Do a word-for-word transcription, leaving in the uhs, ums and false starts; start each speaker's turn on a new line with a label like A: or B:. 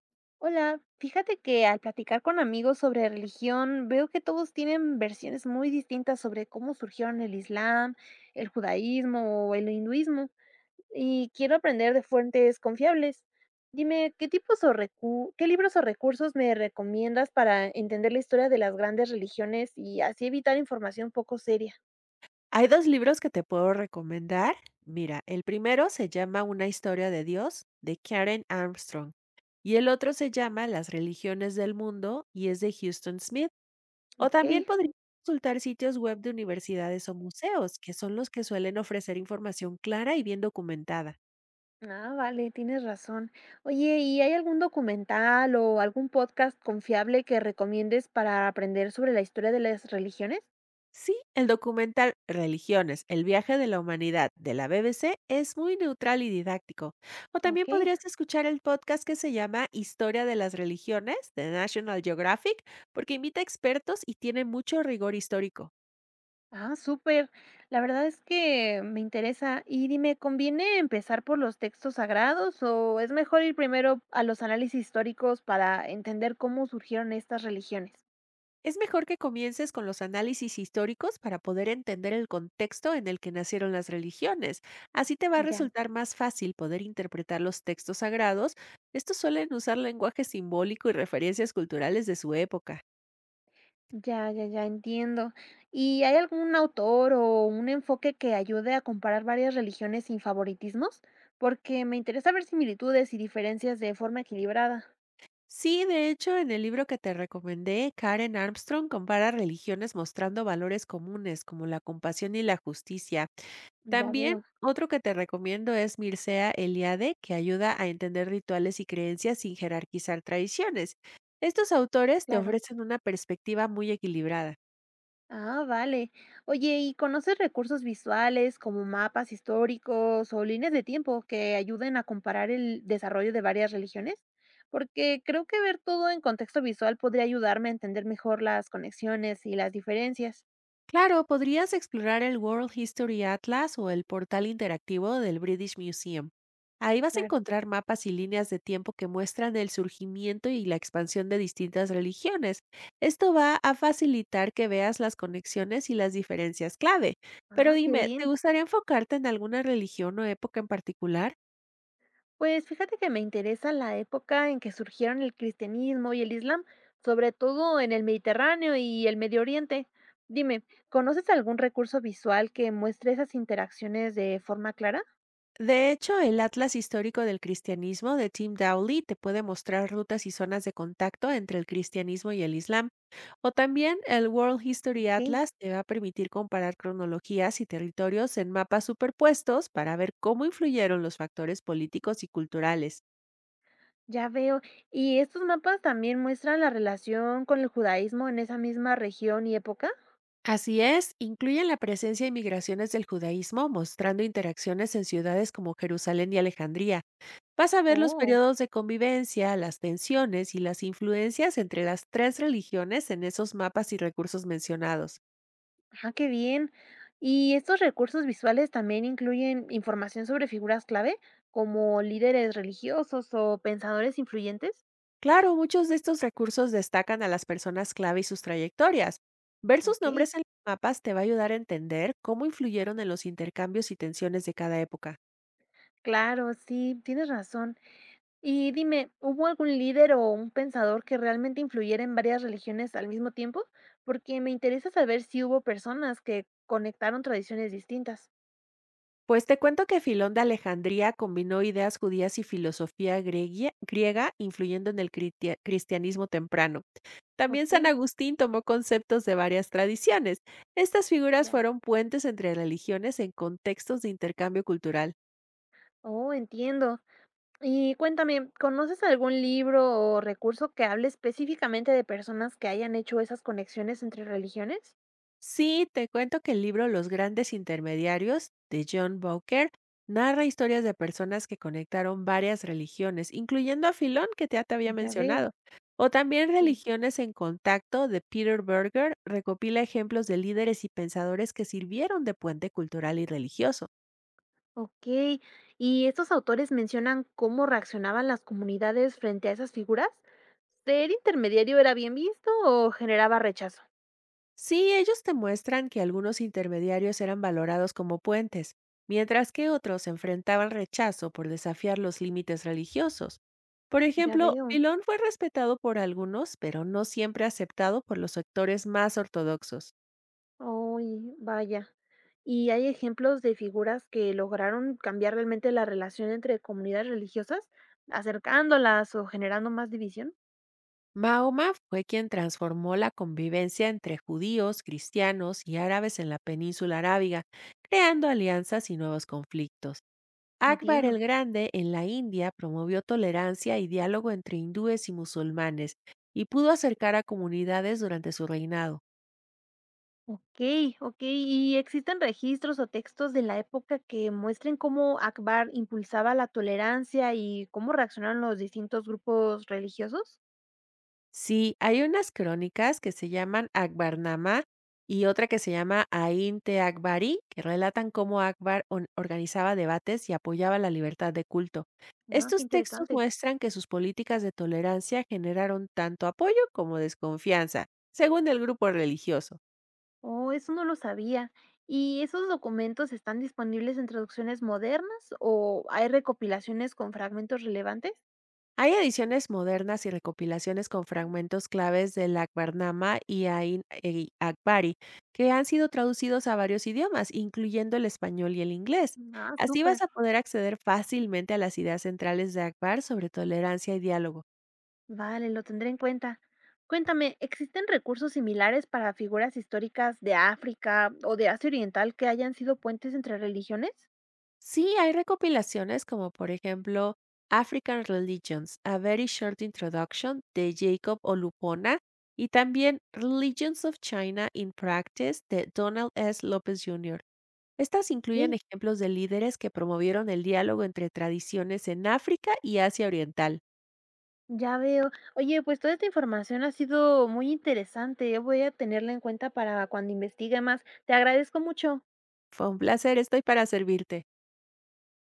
A: Hola, fíjate que al platicar con amigos sobre religión, veo que todos tienen versiones muy distintas sobre cómo surgieron el Islam, el judaísmo o el hinduismo, y quiero aprender de fuentes confiables. Dime, ¿qué tipos o recu- qué libros o recursos me recomiendas para entender la historia de las grandes religiones y así evitar información poco seria?
B: Hay dos libros que te puedo recomendar. Mira, el primero se llama Una historia de Dios, de Karen Armstrong, y el otro se llama Las religiones del mundo, y es de Houston Smith. O
A: Ok.
B: también podrías consultar sitios web de universidades o museos, que son los que suelen ofrecer información clara y bien documentada.
A: Ah, vale, tienes razón. Oye, ¿y hay algún documental o algún podcast confiable que recomiendes para aprender sobre la historia de las religiones?
B: Sí, el documental Religiones, el viaje de la humanidad de la B B C es muy neutral y didáctico. O también
A: Ok,
B: podrías escuchar el podcast que se llama Historia de las Religiones de National Geographic, porque invita expertos y tiene mucho rigor histórico.
A: ah, súper. La verdad es que me interesa. Y dime, ¿conviene empezar por los textos sagrados o es mejor ir primero a los análisis históricos para entender cómo surgieron estas religiones?
B: Es mejor que comiences con los análisis históricos para poder entender el contexto en el que nacieron las religiones. Así te va a
A: Ya.
B: resultar más fácil poder interpretar los textos sagrados. Estos suelen usar lenguaje simbólico y referencias culturales de su época.
A: Ya, ya, ya entiendo. ¿Y hay algún autor o un enfoque que ayude a comparar varias religiones sin favoritismos? Porque me interesa ver similitudes y diferencias de forma equilibrada.
B: Sí, de hecho, en el libro que te recomendé, Karen Armstrong compara religiones mostrando valores comunes como la compasión y la justicia.
A: Ya
B: También
A: veo,
B: otro que te recomiendo es Mircea Eliade, que ayuda a entender rituales y creencias sin jerarquizar tradiciones. Estos autores te
A: claro.
B: ofrecen una perspectiva muy equilibrada.
A: Ah, vale. Oye, ¿y conoces recursos visuales como mapas históricos o líneas de tiempo que ayuden a comparar el desarrollo de varias religiones? Porque creo que ver todo en contexto visual podría ayudarme a entender mejor las conexiones y las diferencias.
B: Claro, podrías explorar el World History Atlas o el portal interactivo del British Museum. Ahí vas a
A: Claro.
B: encontrar mapas y líneas de tiempo que muestran el surgimiento y la expansión de distintas religiones. Esto va a facilitar que veas las conexiones y las diferencias clave. Pero
A: Ah, qué
B: dime, ¿te
A: bien.
B: gustaría enfocarte en alguna religión o época en particular?
A: Pues fíjate que me interesa la época en que surgieron el cristianismo y el islam, sobre todo en el Mediterráneo y el Medio Oriente. Dime, ¿conoces algún recurso visual que muestre esas interacciones de forma clara?
B: De hecho, el Atlas Histórico del Cristianismo de Tim Dowley te puede mostrar rutas y zonas de contacto entre el cristianismo y el Islam. O también el World History
A: Ok,
B: Atlas te va a permitir comparar cronologías y territorios en mapas superpuestos para ver cómo influyeron los factores políticos y culturales.
A: ya veo. ¿Y estos mapas también muestran la relación con el judaísmo en esa misma región y época?
B: Así es, incluyen la presencia y migraciones del judaísmo, mostrando interacciones en ciudades como Jerusalén y Alejandría. Vas a ver los
A: Oh,
B: periodos de convivencia, las tensiones y las influencias entre las tres religiones en esos mapas y recursos mencionados.
A: ah, qué bien. ¿Y estos recursos visuales también incluyen información sobre figuras clave, como líderes religiosos o pensadores influyentes?
B: Claro, muchos de estos recursos destacan a las personas clave y sus trayectorias. Ver sus
A: Okey.
B: nombres en los mapas te va a ayudar a entender cómo influyeron en los intercambios y tensiones de cada época.
A: Claro, sí, tienes razón. Y dime, ¿hubo algún líder o un pensador que realmente influyera en varias religiones al mismo tiempo? Porque me interesa saber si hubo personas que conectaron tradiciones distintas.
B: Pues te cuento que Filón de Alejandría combinó ideas judías y filosofía greguia- griega, influyendo en el critia- cristianismo temprano. También San
A: Okey,
B: Agustín tomó conceptos de varias tradiciones. Estas figuras
A: ya.
B: fueron puentes entre religiones en contextos de intercambio cultural.
A: Oh, entiendo. Y cuéntame, ¿conoces algún libro o recurso que hable específicamente de personas que hayan hecho esas conexiones entre religiones?
B: Sí, te cuento que el libro Los grandes intermediarios de John Bowker narra historias de personas que conectaron varias religiones, incluyendo a Filón, que ya te había
A: Ya veo,
B: mencionado. O también
A: sí.
B: Religiones en Contacto de Peter Berger recopila ejemplos de líderes y pensadores que sirvieron de puente cultural y religioso.
A: Okey, ¿y estos autores mencionan cómo reaccionaban las comunidades frente a esas figuras? ¿Ser intermediario era bien visto o generaba rechazo?
B: Sí, ellos te muestran que algunos intermediarios eran valorados como puentes, mientras que otros enfrentaban rechazo por desafiar los límites religiosos. Por
A: Ya
B: ejemplo,
A: veo.
B: Milón fue respetado por algunos, pero no siempre aceptado por los sectores más ortodoxos.
A: Uy, vaya. ¿Y hay ejemplos de figuras que lograron cambiar realmente la relación entre comunidades religiosas, acercándolas o generando más división?
B: Mahoma fue quien transformó la convivencia entre judíos, cristianos y árabes en la península arábiga, creando alianzas y nuevos conflictos. Akbar el
A: Entiendo.
B: Grande en la India promovió tolerancia y diálogo entre hindúes y musulmanes y pudo acercar a comunidades durante su reinado.
A: Okey, okey, ¿y existen registros o textos de la época que muestren cómo Akbar impulsaba la tolerancia y cómo reaccionaron los distintos grupos religiosos?
B: Sí, hay unas crónicas que se llaman Akbarnama y otra que se llama Ain Te Akbari, que relatan cómo Akbar on- organizaba debates y apoyaba la libertad de culto.
A: Ah, qué
B: Estos textos
A: interesante.
B: muestran que sus políticas de tolerancia generaron tanto apoyo como desconfianza, según el grupo religioso.
A: Oh, eso no lo sabía. ¿Y esos documentos están disponibles en traducciones modernas o hay recopilaciones con fragmentos relevantes?
B: Hay ediciones modernas y recopilaciones con fragmentos claves del Akbarnama y Ain e Akbari, que han sido traducidos a varios idiomas, incluyendo el español y el inglés.
A: Ah,
B: Así vas
A: súper.
B: a poder acceder fácilmente a las ideas centrales de Akbar sobre tolerancia y diálogo.
A: Vale, lo tendré en cuenta. Cuéntame, ¿existen recursos similares para figuras históricas de África o de Asia Oriental que hayan sido puentes entre religiones?
B: Sí, hay recopilaciones como por ejemplo African Religions, A Very Short Introduction de Jacob Olupona y también Religions of China in Practice de Donald S. Lopez junior Estas
A: Ok,
B: incluyen ejemplos de líderes que promovieron el diálogo entre tradiciones en África y Asia Oriental.
A: ya veo. Oye, pues toda esta información ha sido muy interesante. Yo Voy a tenerla en cuenta para cuando investigue más. Te agradezco mucho.
B: Fue un placer, estoy para servirte.